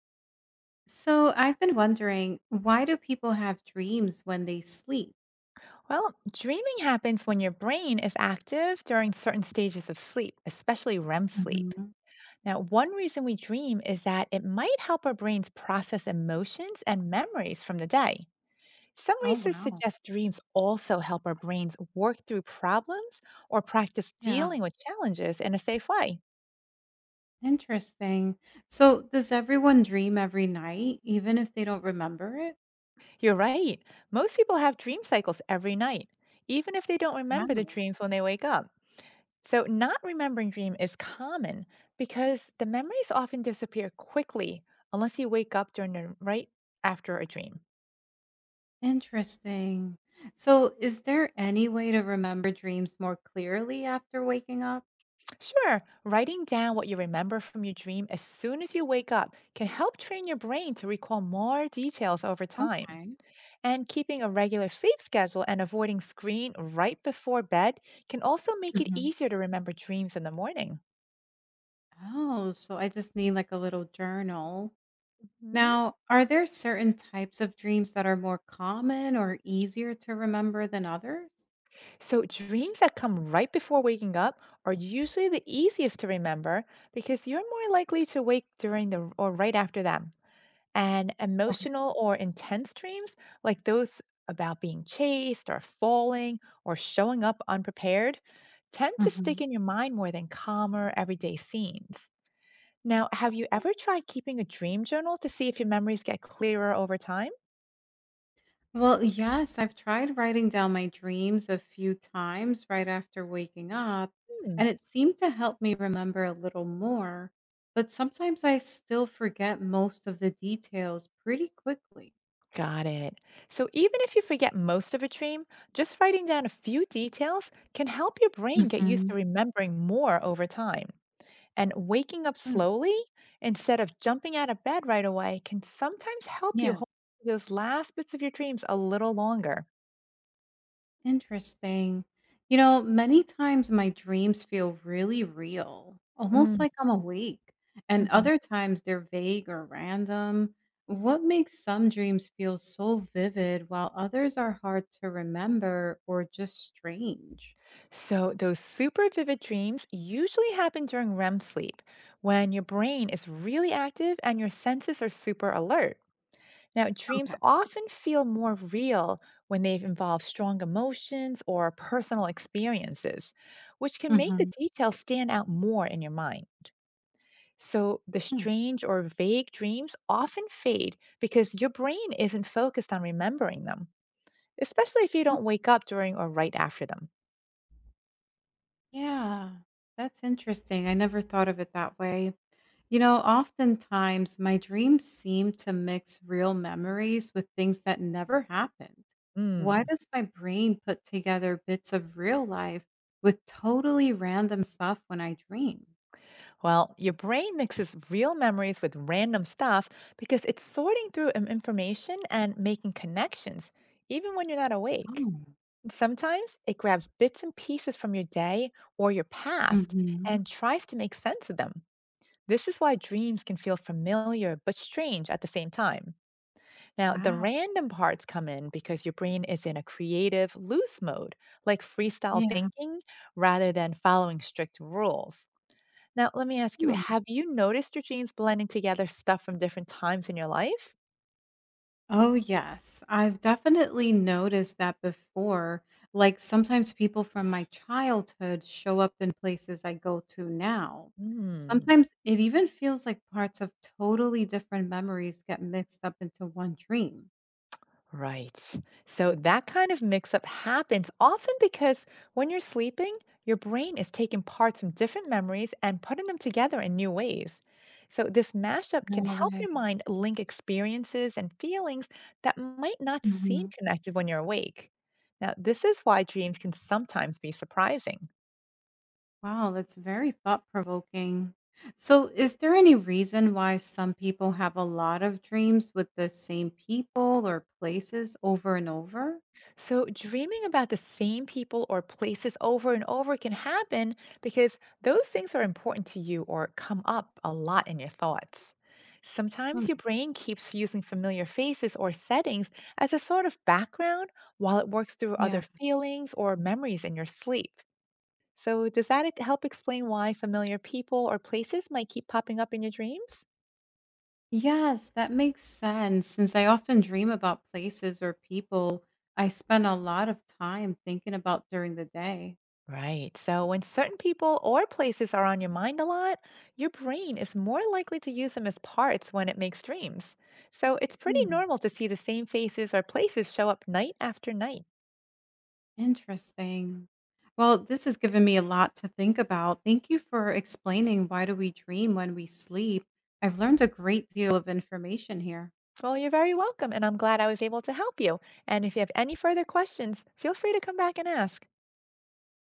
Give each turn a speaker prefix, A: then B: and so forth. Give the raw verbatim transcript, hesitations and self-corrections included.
A: So I've been wondering, why do people have dreams when they sleep?
B: Well, dreaming happens when your brain is active during certain stages of sleep, especially R E M sleep.
A: Mhm.
B: Now, one reason we dream is that it might help our brains process emotions and memories from the day. Some
A: Oh,
B: research
A: wow.
B: suggests dreams also help our brains work through problems or practice
A: Yeah.
B: dealing with challenges in a safe way.
A: Interesting. So does everyone dream every night, even if they don't remember it?
B: You're right. Most people have dream cycles every night, even if they don't remember the
A: Wow.
B: dreams when they wake up. So, not remembering dream is common because the memories often disappear quickly unless you wake up during the right after a dream.
A: Interesting. So is there any way to remember dreams more clearly after waking up?
B: Sure, writing down what you remember from your dream as soon as you wake up can help train your brain to recall more details over time.
A: Okay.
B: And keeping a regular sleep schedule and avoiding screen right before bed can also make it
A: Mhm.
B: easier to remember dreams in the morning.
A: Oh, so I just need like a little journal. Now, are there certain types of dreams that are more common or easier to remember than others?
B: So, dreams that come right before waking up are usually the easiest to remember because you're more likely to wake during the or right after them. And
A: Okay.
B: emotional or intense dreams, like those about being chased or falling or showing up unprepared, tend to
A: Mhm.
B: stick in your mind more than calmer everyday scenes. Now, have you ever tried keeping a dream journal to see if your memories get clearer over time?
A: Well, yes, I've tried writing down my dreams a few times right after waking up,
B: Hmm.
A: and it seemed to help me remember a little more. But sometimes I still forget most of the details pretty quickly.
B: Got it. So even if you forget most of a dream, just writing down a few details can help your brain get used
A: Hmm.
B: to remembering more over time. And waking up
A: Mm.
B: slowly instead of jumping out of bed right away can sometimes help you
A: Yeah.
B: hold those last bits of your dreams a little longer.
A: Interesting. You know, many times my dreams feel really real, almost
B: Mm,
A: like I'm awake, and
B: mhm.
A: other times they're vague or random. What makes some dreams feel so vivid while others are hard to remember or just strange?
B: So, those super vivid dreams usually happen during R E M sleep when your brain is really active and your senses are super alert. Now, dreams
A: Okay.
B: often feel more real when they involve strong emotions or personal experiences, which can make the
A: Hmm.
B: details stand out more in your mind. So, the strange or vague dreams often fade because your brain isn't focused on remembering them, especially if you don't
A: Okay.
B: wake up during or right after them.
A: Yeah, that's interesting. I never thought of it that way. You know, oftentimes my dreams seem to mix real memories with things that never happened. Why
B: Mm.
A: does my brain put together bits of real life with totally random stuff when I dream?
B: Well, your brain mixes real memories with random stuff because it's sorting through im- information and making connections, even when you're not awake.
A: Oh.
B: Sometimes it grabs bits and pieces from your day or your past
A: Hmm.
B: and tries to make sense of them. This is why dreams can feel familiar but strange at the same time. Now, the
A: Wow.
B: random parts come in because your brain is in a creative, loose mode, like freestyle
A: Yeah.
B: thinking rather than following strict rules. Now, let me ask you
A: Hmm.
B: have you noticed your dreams blending together stuff from different times in your life?
A: Oh, yes. I've definitely noticed that before. Like sometimes people from my childhood show up in places I go to now.
B: Hmm.
A: Sometimes it even feels like parts of totally different memories get mixed up into one dream.
B: Right. So that kind of mix up happens often because when you're sleeping, your brain is taking parts from different memories and putting them together in new ways. So this mashup can
A: No
B: help your
A: way.
B: mind link experiences and feelings that might not seem
A: Mhm.
B: connected when you're awake. Now, this is why dreams can sometimes be surprising.
A: Wow, that's very thought provoking. So, is there any reason why some people have a lot of dreams with the same people or places over and over?
B: So, dreaming about the same people or places over and over can happen because those things are important to you or come up a lot in your thoughts.
A: Hmm.
B: Sometimes your brain keeps using familiar faces or settings as a sort of background while it works through
A: Yeah.
B: other feelings or memories in your sleep. So, does that help explain why familiar people or places might keep popping up in your dreams?
A: Yes, that makes sense. Since I often dream about places or people I spend a lot of time thinking about during the day.
B: Right. So when certain people or places are on your mind a lot, your brain is more likely to use them as parts when it makes dreams. So it's pretty
A: Hmm,
B: normal to see the same faces or places show up night after night.
A: interesting. Well, this has given me a lot to think about. Thank you for explaining why do we dream when we sleep. I've learned a great deal of information here.
B: Well, you're very welcome, and I'm glad I was able to help you. And if you have any further questions, feel free to come back and ask.